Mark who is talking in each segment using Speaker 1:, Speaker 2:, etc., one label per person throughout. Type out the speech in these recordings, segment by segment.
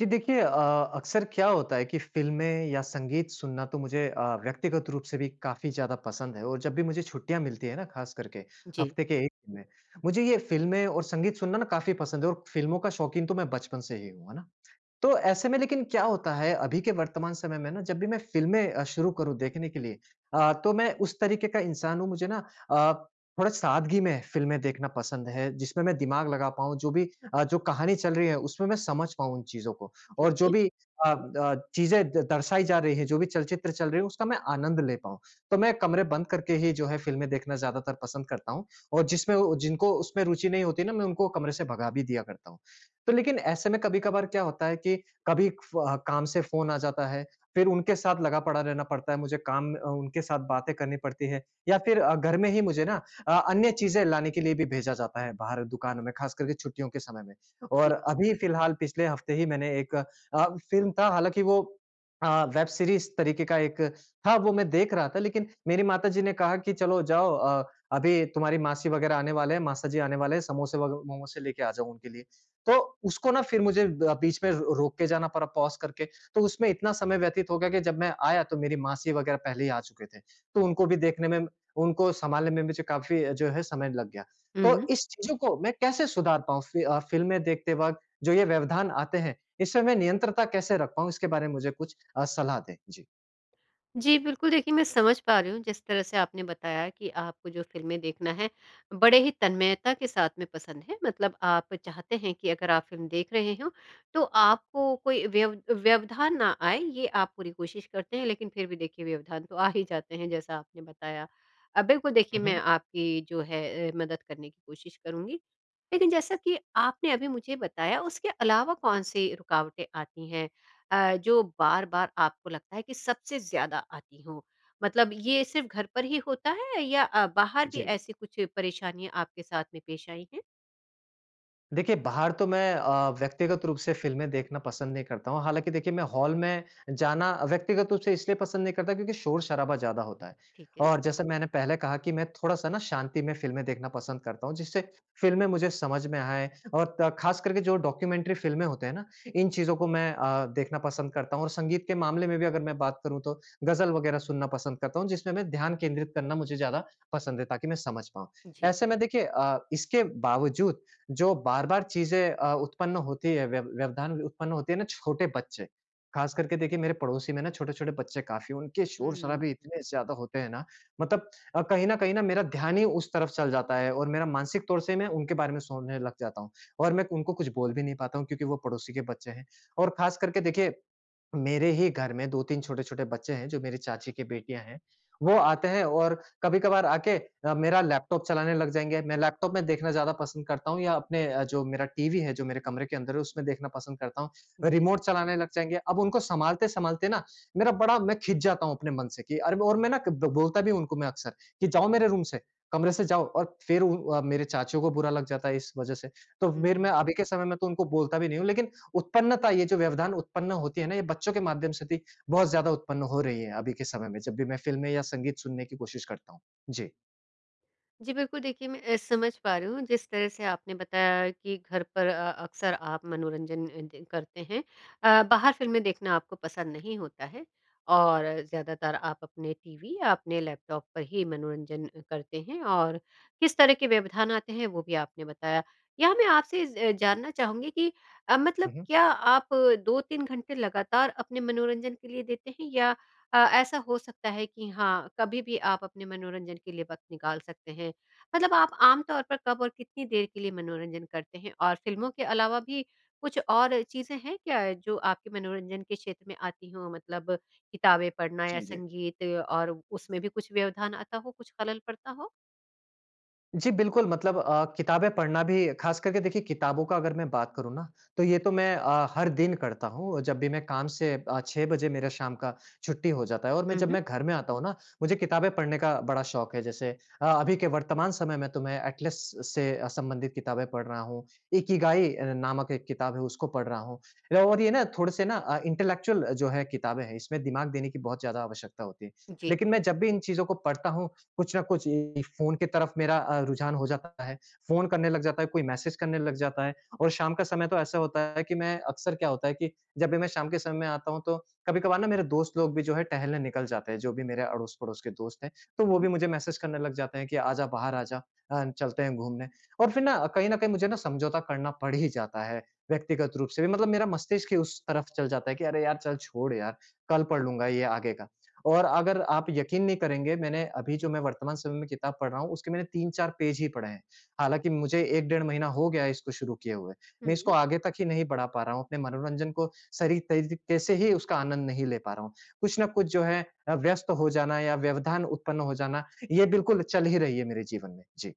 Speaker 1: जी देखिए अक्सर क्या होता है कि फ़िल्में या संगीत सुनना तो मुझे व्यक्तिगत रूप से भी काफ़ी ज़्यादा पसंद है और जब भी मुझे छुट्टियाँ मिलती है ना ख़ास करके
Speaker 2: जी,
Speaker 1: हफ़्ते के 1 दिन में, मुझे ये फ़िल्में और संगीत सुनना ना काफ़ी पसंद है और फ़िल्मों का शौकीन तो मैं बचपन से ही हूँ, है ना? तो ऐसे में लेकिन क्या होता है अभी के वर्तमान समय में ना जब भी मैं फ़िल्में शुरू करूँ देखने के लिए। तो मैं उस तरीके का इंसान हूँ मुझे ना अ, थोड़ा सादगी में फ़िल्में देखना पसंद है जिसमें मैं दिमाग लगा पाऊँ, जो भी जो कहानी चल रही है उसमें मैं समझ पाऊँ उन चीज़ों को। और जो
Speaker 2: ओके,
Speaker 1: भी अ चीज़ें द दर्शाई जा रही हैं, जो भी चलचित्र चल रही है, उसका मैं आनंद ले पाऊँ। तो मैं कमरे बंद करके ही जो है फ़िल्में देखना ज़्यादातर पसंद करता हूँ और जिसमें वो जिनको उसमें रुचि नहीं होती ना, मैं उनको कमरे से भगा भी दिया करता हूँ। तो लेकिन ऐसे में कभी-कभार क्या होता है कि कभी काम से फ़ोन आ जाता है, फिर उनके साथ लगा पड़ा रहना पड़ता है, मुझे उनके साथ बातें करनी पड़ती है या फिर घर में ही मुझे ना अन्य चीज़ें लाने के लिए भी भेजा जाता है बाहर दुकानों में, ख़ास करके छुट्टियों के समय में। और
Speaker 2: जी।
Speaker 1: अभी फ़िलहाल पिछले हफ़्ते ही मैंने एक अ, फ़िल्म था। हालाँकि वो अ, वेब सीरीज़ तरीके का एक था, वो मैं देख रहा था लेकिन मेरी माताजी ने कहा कि चलो जाओ, अभी तुम्हारी मासी वग़ैरह आने वाले हैं, मासाजी आने वाले हैं, समोसे वग मोमोसे लेके आ जाओ उनके लिए। तो उसको ना फ़िर मुझे ब बीच में रो रोक के जाना पड़ा, पॉज़ करके। तो उसमें इतना समय व्यतीत हो गया कि जब मैं आया तो मेरी मासी वग़ैरह पहले ही आ चुके थे। तो उनको भी देखने में, उनको सँभालने में मुझे काफ़ी जो है समय लग गया।
Speaker 2: हुँ,
Speaker 1: तो
Speaker 2: हुँ।
Speaker 1: इस चीज़ों को मैं कैसे सुधार पाऊँ फ़िल्में देखते वक़्त, जो ये व्यवधान आते हैं इसमें मैं नियंत्रता कैसे रख पाऊँ, इसके बारे में मुझे कुछ सलाह दें? जी।
Speaker 2: जी, बिल्कुल देखिए मैं समझ पा रही हूँ जिस तरह से आपने बताया कि आपको जो फ़िल्में देखना है, बड़े ही तन्मयता के साथ में पसंद है। मतलब आप चाहते हैं कि अगर आप फ़िल्म देख रहे हो, तो आपको कोई व्यवधान ना आए, ये आप पूरी कोशिश करते हैं, लेकिन फिर भी देखिए व्यवधान तो आ ही जाते हैं जैसा आपने बताया। बिल्कुल देखिए
Speaker 1: हुँ,
Speaker 2: मैं
Speaker 1: हुँ।
Speaker 2: आपकी जो है मदद करने की कोशिश करूँगी। लेकिन जैसा कि आपने अभी मुझे बताया, उसके अलावा कौन-सी रुकावटें आती हैं? जो बार-बार आपको लगता है कि सबसे ज़्यादा आती हो? मतलब ये सिर्फ़ घर पर ही होता है या बाहर भी
Speaker 1: जी।
Speaker 2: ऐसी कुछ परेशानियाँ आपके साथ में पेश आई हैं?
Speaker 1: देखिए, बाहर तो मैं व्यक्तिगत रूप से फ़िल्में देखना पसंद नहीं करता हूँ। हालाँकि देखिए, मैं हॉल में जाना व्यक्तिगत रूप से इसलिए पसंद नहीं करता क्योंकि शोर-शराबा ज़्यादा होता है।
Speaker 2: ठीक है।
Speaker 1: और जैसे मैंने पहले कहा कि मैं थोड़ा-सा ना शांति में फ़िल्में देखना पसंद करता हूँ, जिससे फ़िल्में मुझे समझ में आएँ और त ख़ास करके जो डॉक्यूमेंट्री फ़िल्में होते हैं ना, इन चीज़ों को मैं देखना पसंद करता हूँ। और संगीत के मामले में भी अगर मैं बात करूँ तो गज़ल वग़ैरह सुनना पसंद करता हूँ, जिसमें मैं ध्यान केंद्रित करना मुझे ज़्यादा पसंद है ताकि मैं समझ पाऊँ।
Speaker 2: जी।
Speaker 1: ऐसे में देखिए, इसके बावजूद जो बार-बार चीज़ें उत्पन्न होती है, व्यवधान उत्पन्न होती है ना, छोटे बच्चे, ख़ास करके देखिए मेरे पड़ोसी में ना छोटे-छोटे बच्चे काफ़ी हैं, उनके
Speaker 2: हुँ,
Speaker 1: शोर-शराबे इतने ज़्यादा होते हैं ना, मतलब कहीं न कहीं ना मेरा ध्यान ही उस तरफ चल जाता है और मेरा मानसिक तौर से मैं उनके बारे में सोचने लग जाता हूँ और मैं उनको कुछ बोल भी नहीं पाता हूँ क्योंकि वो पड़ोसी के बच्चे हैं। और ख़ास करके देखिए मेरे ही घर में 2-3 छोटे-छोटे बच्चे हैं, जो मेरी चाची की बेटियाँ हैं, वो आते हैं और कभी-कभार आके मेरा लैपटॉप चलाने लग जाएँगे। मैं लैपटॉप में देखना ज़्यादा पसंद करता हूँ या जो मेरा टीवी है, जो मेरे कमरे के अंदर है, उसमें देखना पसंद करता हूँ।
Speaker 2: जी।
Speaker 1: रिमोट चलाने लग जाएँगे। अब उनको सँभालते-सँभालते ना मेरा बड़ा मैं खिंच जाता हूँ अपने मन से कि अरे, और मैं ना ब बोलता भी हूँ उनको मैं अक्सर कि जाओ मेरे रूम से, कमरे से जाओ, और फिर मेरे चाचियों को बुरा लग जाता है इस वज़ह से। तो फिर मैं
Speaker 2: हुँ।
Speaker 1: अभी के समय में तो उनको बोलता भी नहीं हूँ, लेकिन उत्पन्नता ये जो व्यवधान उत्पन्न होती है ना, ये बच्चों के माध्यम से भी बहुत ज्यादा उत्पन्न हो रही है अभी के समय में, जब भी मैं फिल्में या संगीत सुनने की कोशिश करता हूँ। जी।
Speaker 2: जी, बिल्कुल देखिए मैं समझ पा रही हूँ जिस तरह से आपने बताया कि घर पर अक्सर आप मनोरंजन अ, द करते हैं। बाहर फ़िल्में देखना आपको पसंद नहीं होता है और ज़्यादातर आप अपने टीवी या अपने लैपटॉप पर ही मनोरंजन करते हैं, और किस तरह के व्यवधान आते हैं वो भी आपने बताया। यहाँ मैं आपसे ज़ जानना चाहूँगी कि मतलब क्या आप 2-3 घंटे लगातार अपने मनोरंजन के लिए देते हैं, या ऐसा हो सकता है कि हाँ, कभी भी आप अपने मनोरंजन के लिए वक़्त निकाल सकते हैं? मतलब आप आम तौर पर कब और कितनी देर के लिए मनोरंजन करते हैं? और फ़िल्मों के अलावा भी कुछ और चीज़ें हैं क्या जो आपके मनोरंजन के क्षेत्र में आती हों? मतलब किताबें पढ़ना या
Speaker 1: हम्म।
Speaker 2: संगीत, और उसमें भी कुछ व्यवधान आता हो, कुछ खलल पड़ता हो?
Speaker 1: जी, बिल्कुल। मतलब किताबें पढ़ना भी ख़ास करके देखिए, किताबों का अगर मैं बात करूँ ना, तो ये तो मैं हर दिन करता हूँ। जब भी मैं काम से, 6 बजे मेरा शाम का छुट्टी हो जाता है और मैं,
Speaker 2: हुँ,
Speaker 1: जब
Speaker 2: हुँ।
Speaker 1: मैं घर में आता हूँ ना, मुझे किताबें पढ़ने का बड़ा शौक है। जैसे अभी के वर्तमान समय में तो मैं एटलस से संबंधित किताबें पढ़ रहा हूँ। इकिगाई नामक एक किताब है, उसको पढ़ रहा हूँ। और ये ना थोड़े से ना इंटेलेक्चुअल जो है किताबें हैं, इसमें दिमाग देने की बहुत ज़्यादा आवश्यकता होती है।
Speaker 2: जी।
Speaker 1: लेकिन मैं जब भी इन चीज़ों को पढ़ता हूँ, कुछ ना कुछ ये फ़ोन की तरफ मेरा रुझान हो जाता है। फ़ोन करने लग जाता है, कोई मैसेज करने लग जाता है और शाम का समय तो ऐसा होता है कि मैं अक्सर क्या होता है कि जब भी मैं शाम के समय में आता हूँ, तो कभी-कभार ना मेरे दोस्त लोग भी जो है टहलने निकल जाते हैं, जो भी मेरे अड़ोस-पड़ोस के दोस्त हैं, तो वो
Speaker 2: हुँ।
Speaker 1: भी मुझे मैसेज करने लग जाते हैं कि आजा बाहर आजा, चलते हैं घूमने और फिर ना कहीं न कहीं मुझे ना समझौता करना पड़ ही जाता है, व्यक्तिगत रूप से भी। मतलब मेरा मस्तिष्क ही उस तरफ चल जाता है कि अरे यार! चल छोड़ यार, कल पढ़ लूँगा ये आगे का। और अगर आप यकीन नहीं करेंगे, मैंने अभी
Speaker 2: जी।
Speaker 1: जो मैं वर्तमान समय में किताब पढ़ रहा हूँ, उसके मैंने 3-4 पेज ही पढ़े हैं। हालाँकि मुझे 1 डेढ़ महीना हो गया है इसको शुरू किए हुए। मैं
Speaker 2: हुँ।
Speaker 1: इसको आगे तक ही नहीं बढ़ा पा रहा हूँ, अपने मनोरंजन को सही तरीके से ही उसका आनंद नहीं ले पा रहा हूँ। कुछ न कुछ जो है व्यस्त हो जाना या व्यवधान उत्पन्न हो जाना, ये बिल्कुल चल ही रही है मेरे जीवन में। जी,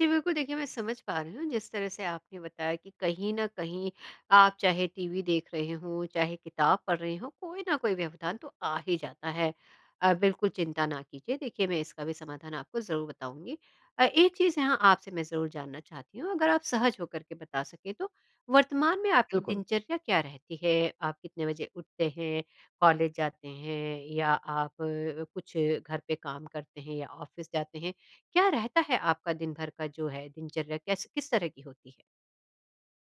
Speaker 2: जी, बिल्कुल देखिए मैं समझ पा रही हूँ, जिस तरह से आपने बताया कि कहीं न कहीं आप चाहे टीवी देख रहे हों, चाहे किताब पढ़ रहे हों, कोई ना कोई व्यवधान तो आ ही जाता है। बिल्कुल चिंता ना कीजिए, देखिए मैं इसका भी समाधान आपको ज़रूर बताऊँगी। एक चीज़ यहाँ आपसे मैं ज़रूर जानना चाहती हूँ, अगर आप सहज होकर के बता सकें तो, वर्तमान में आपकी
Speaker 1: बिल्कुल।
Speaker 2: दिनचर्या क्या रहती है? आप कितने बजे उठते हैं, कॉलेज जाते हैं या आप कुछ घर पे काम करते हैं या ऑफ़िस जाते हैं? क्या रहता है आपका दिन भर का जो है दिनचर्या, कैस किस तरह की होती है?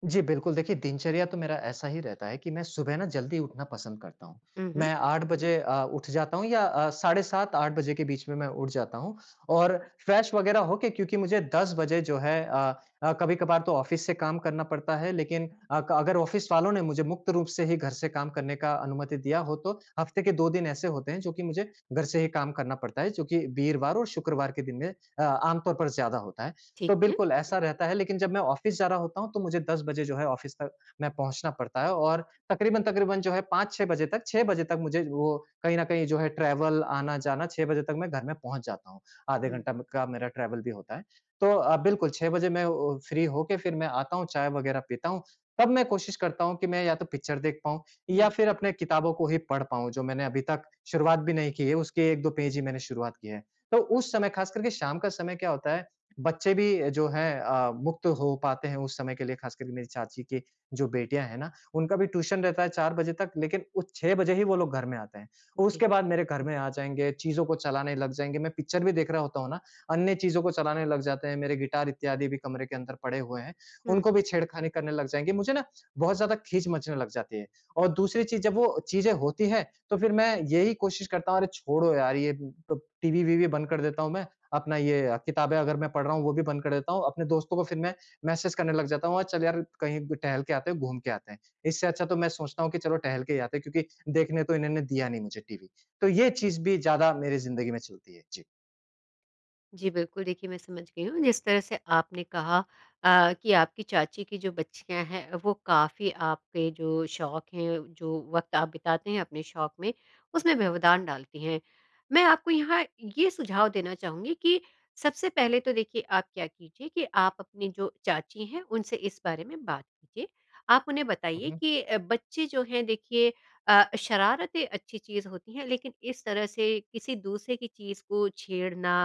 Speaker 1: जी, बिल्कुल। देखिए, दिनचर्या तो मेरा ऐसा ही रहता है कि मैं सुबह ना जल्दी उठना पसंद करता हूँ।
Speaker 2: हुँ, हुँ।
Speaker 1: मैं 8 बजे उठ जाता हूँ या साढ़े 7 8 बजे के बीच में मैं उठ जाता हूँ और फ्रेश वगैरह होके, क्योंकि मुझे 10 बजे जो है कभी-कभार तो ऑफ़िस से काम करना पड़ता है, लेकिन अ, क अगर ऑफ़िस वालों ने मुझे मुक्त रूप से ही घर से काम करने का अनुमति दिया हो तो हफ़्ते के 2 दिन ऐसे होते हैं जो कि मुझे घर से ही काम करना पड़ता है, जो कि वीरवार और शुक्रवार के दिन में आम तौर पर ज़्यादा होता है।
Speaker 2: ठीक
Speaker 1: तो
Speaker 2: है।
Speaker 1: बिल्कुल ऐसा रहता है, लेकिन जब मैं ऑफ़िस जा रहा होता हूँ तो मुझे 10 बजे जो है ऑफ़िस तक मैं पहुँचना पड़ता है और तकरीबन-तकरीबन जो है 5-6 बजे तक, 6 बजे तक मुझे वो, कहीं न कहीं जो है ट्रैवल आना-जाना, 6 बजे तक मैं घर में पहुँच जाता हूँ। आधे
Speaker 2: हुँ,
Speaker 1: घंटा म का मेरा ट्रैवल भी होता है। तो बिल्कुल 6 बजे मैं ओ फ्री होके फिर मैं आता हूँ, चाय वग़ैरह पीता हूँ। तब मैं कोशिश करता हूँ कि मैं या तो पिक्चर देख पाऊँ
Speaker 2: हुँ,
Speaker 1: या फिर अपने किताबों को ही पढ़ पाऊँ जो मैंने अभी तक शुरुआत भी नहीं की है, उसके 1-2 पेज ही मैंने शुरुआत की है। तो उस समय ख़ास करके शाम का समय क्या होता है, बच्चे भी जो हैं मुक्त हो पाते हैं उस समय के लिए, खास करके मेरी चाची की जो बेटियाँ हैं ना, उनका भी ट्यूशन रहता है 4 बजे तक, लेकिन वो 6 बजे ही वो लोग घर में आते हैं। और
Speaker 2: जी।
Speaker 1: उसके बाद मेरे घर में आ जाएँगे, चीज़ों को चलाने लग जाएँगे, मैं पिक्चर भी देख रहा होता हूँ ना, अन्य चीज़ों को चलाने लग जाते हैं, मेरे गिटार इत्यादि भी कमरे के अंदर पड़े हुए हैं,
Speaker 2: हुँ।
Speaker 1: उनको भी छेड़खानी करने लग जाएँगे। मुझे ना बहुत ज़्यादा खीज मचने लग जाती है और दूसरी चीज़ जब वो चीज़ें होती हैं, तो फिर मैं यही कोशिश करता हूँ, "अरे छोड़ो यार, ये ब टीवी-वीवी बंद कर देता हूँ मैं। अपना ये किताबें अगर मैं पढ़ रहा हूँ वो भी बंद कर देता हूँ। अपने दोस्तों को फिर मैं मैसेज करने लग जाता हूँ और चल यार कहीं ब टहल के आते हैं, घूम के आते हैं। इससे अच्छा तो मैं सोचता हूँ कि चलो टहल के ही आते हैं, क्योंकि देखने तो इन्होंने दिया नहीं मुझे टीवी। तो ये चीज़ भी ज़्यादा मेरी ज़िंदगी में चलती है। जी।
Speaker 2: जी, बिल्कुल, देखिए मैं समझ गई हूँ, जिस तरह से आपने कहा कि आपकी चाची की जो बच्चियाँ हैं, वो काफ़ी आपके जो शौक हैं, जो वक़्त आप बिताते हैं अपने शौक में, उसमें व्यवधान डालती हैं। मैं आपको यहाँ ये सुझाव देना चाहूँगी कि सबसे पहले तो देखिए, आप क्या कीजिए कि आप अपनी जो चाची हैं, उनसे इस बारे में बात कीजिए। आप उन्हें
Speaker 1: हुँ,
Speaker 2: बताइए
Speaker 1: हुँ।
Speaker 2: कि बच्चे जो हैं देखिए, शरारतें अच्छी चीज़ होती हैं, लेकिन इस तरह से किसी दूसरे की चीज़ को छेड़ना,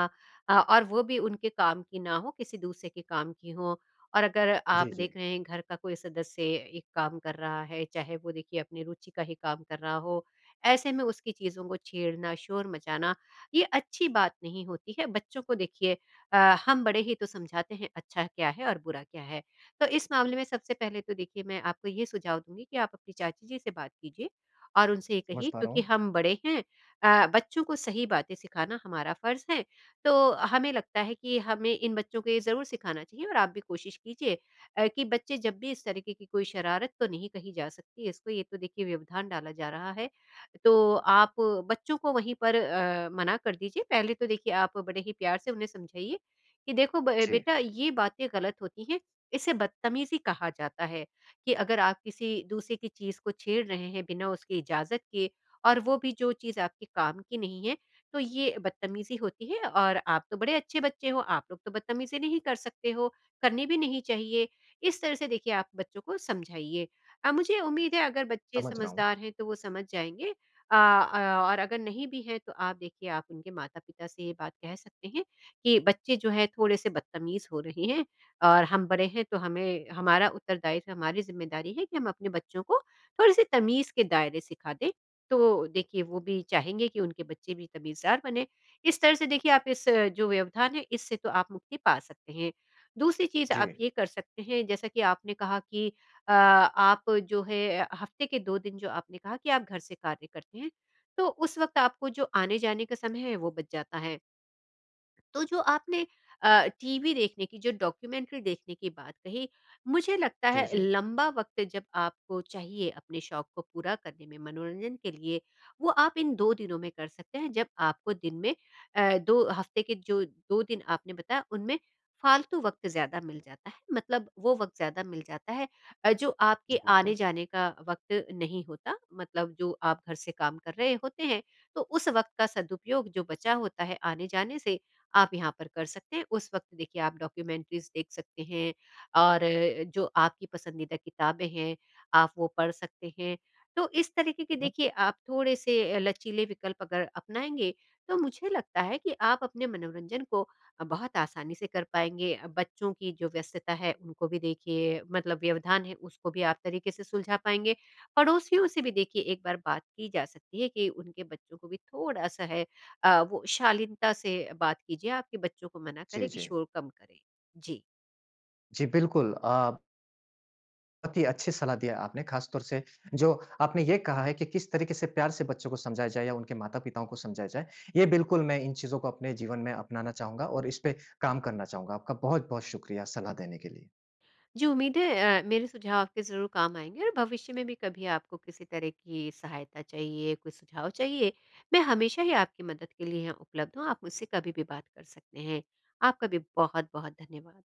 Speaker 2: और वो भी उनके काम की ना हो, किसी दूसरे के काम की हो। और अगर
Speaker 1: जी,
Speaker 2: आप
Speaker 1: जी।
Speaker 2: देख रहे हैं घर का कोई सदस्य एक काम कर रहा है, चाहे वो देखिए अपनी रुचि का ही काम कर रहा हो, ऐसे में उसकी चीज़ों को छेड़ना, शोर मचाना, ये अच्छी बात नहीं होती है। बच्चों को देखिए, अ, हम बड़े ही तो समझाते हैं अच्छा क्या है और बुरा क्या है। तो इस मामले में सबसे पहले तो देखिए, मैं आपको ये सुझाव दूँगी कि आप अपनी चाची जी से बात कीजिए और उनसे ये
Speaker 1: समझ
Speaker 2: कहिए,
Speaker 1: पा रहा
Speaker 2: क्योंकि
Speaker 1: हूँ।
Speaker 2: हम बड़े हैं बच्चों को सही बातें सिखाना हमारा फ़र्ज़ है, तो हमें लगता है कि हमें इन बच्चों को ये ज़रूर सिखाना चाहिए, और आप भी कोशिश कीजिए कि बच्चे जब भी इस तरीके की कोई शरारत, तो नहीं कही जा सकती इसको, ये तो देखिए व्यवधान डाला जा रहा है। तो आप बच्चों को वहीं पर मना कर दीजिए। पहले तो देखिए आप बड़े ही प्यार से उन्हें समझाइए कि देखो ब
Speaker 1: जी,
Speaker 2: बेटा ये बातें गलत होती हैं, इसे बदतमीज़ी कहा जाता है, कि अगर आप किसी दूसरे की चीज़ को छेड़ रहे हैं बिना उसकी इजाज़त के, और वो भी जो चीज़ आपके काम की नहीं है, तो ये बदतमीज़ी होती है, और आप तो बड़े अच्छे बच्चे हो, आप लोग तो बदतमीज़ी नहीं कर सकते हो, करनी भी नहीं चाहिए। इस तरह से देखिए आप बच्चों को समझाइए। मुझे उम्मीद है अगर बच्चे
Speaker 1: समझ रहा हूँ।
Speaker 2: समझदार हैं तो वो समझ जाएँगे। अ अ, और अगर नहीं भी हैं, तो आप देखिए आप उनके माता-पिता से ये बात कह सकते हैं कि बच्चे जो है थोड़े-से बदतमीज़ हो रहे हैं, और हम बड़े हैं तो हमें, हमारा उत्तरदायित्व, हमारी ज़िम्मेदारी है कि हम अपने बच्चों को थोड़ी-सी तमीज़ के दायरे सिखा दें, तो देखिए वो भी चाहेंगे कि उनके बच्चे भी तमीज़दार बने। इस तरह से देखिए आप इस जो व्यवधान है इससे तो आप मुक्ति पा सकते हैं। दूसरी चीज़
Speaker 1: जी।
Speaker 2: आप ये कर सकते हैं जैसा कि आपने कहा कि आप जो है हफ़्ते के 2 दिन जो आपने कहा कि आप घर से कार्य करते हैं, तो उस वक़्त आपको जो आने-जाने का समय है वो बच जाता है। तो जो आपने टीवी देखने की, जो डॉक्यूमेंट्री देखने की बात कही, मुझे लगता
Speaker 1: जी,
Speaker 2: है
Speaker 1: जी।
Speaker 2: लंबा वक़्त जब आपको चाहिए अपने शौक को पूरा करने में, मनोरंजन के लिए, वो आप इन 2 दिनों में कर सकते हैं, जब आपको दिन में 2 हफ़्ते के जो 2 दिन आपने बताया उनमें फालतू वक़्त ज़्यादा मिल जाता है, मतलब वो वक़्त ज़्यादा मिल जाता है जो आपके
Speaker 1: जी, बिल्कुल।
Speaker 2: आने-जाने का वक़्त नहीं होता, मतलब जो आप घर से काम कर रहे होते हैं, तो उस वक़्त का सदुपयोग जो बचा होता है आने-जाने से, आप यहाँ पर कर सकते हैं। उस वक़्त देखिए आप डॉक्यूमेंट्रीज़ देख सकते हैं, और जो आपकी पसंदीदा किताबें हैं, आप वो पढ़ सकते हैं। तो इस तरीके के
Speaker 1: हुँ, हुँ।
Speaker 2: देखिए आप थोड़े से लचीले विकल्प अगर अपनाएँगे, तो मुझे लगता है कि आप अपने मनोरंजन को बहुत आसानी से कर पाएँगे। बच्चों की जो व्यस्तता है उनको भी देखिए, मतलब व्यवधान है उसको भी आप तरीके से सुलझा पाएँगे। पड़ोसियों से भी देखिए एक बार बात की जा सकती है कि उनके बच्चों को भी थोड़ा-सा है, वो शालीनता से बात कीजिए, आपके बच्चों को मना
Speaker 1: जी,
Speaker 2: करें कि
Speaker 1: जी।
Speaker 2: शोर कम करें। जी।
Speaker 1: जी, बिल्कुल। बहुत ही अच्छी सलाह दिया आपने, खास तौर से जो आपने ये कहा है कि किस तरीके से प्यार से बच्चों को समझाया जाए या उनके माता-पिताओं को समझाया जाए। ये बिल्कुल मैं इन चीज़ों को अपने जीवन में अपनाना चाहूँगा और इस पे काम करना चाहूँगा। आपका बहुत-बहुत शुक्रिया सलाह देने के लिए।
Speaker 2: जी, उम्मीद है मेरे सुझाव आपके ज़रूर काम आएँगे, और भविष्य में भी कभी आपको किसी तरह की सहायता चाहिए, कोई सुझाव चाहिए, मैं हमेशा ही आपकी मदद के लिए यहाँ उपलब्ध हूँ। आप मुझसे कभी भी बात कर सकते हैं। आपका भी बहुत-बहुत धन्यवाद।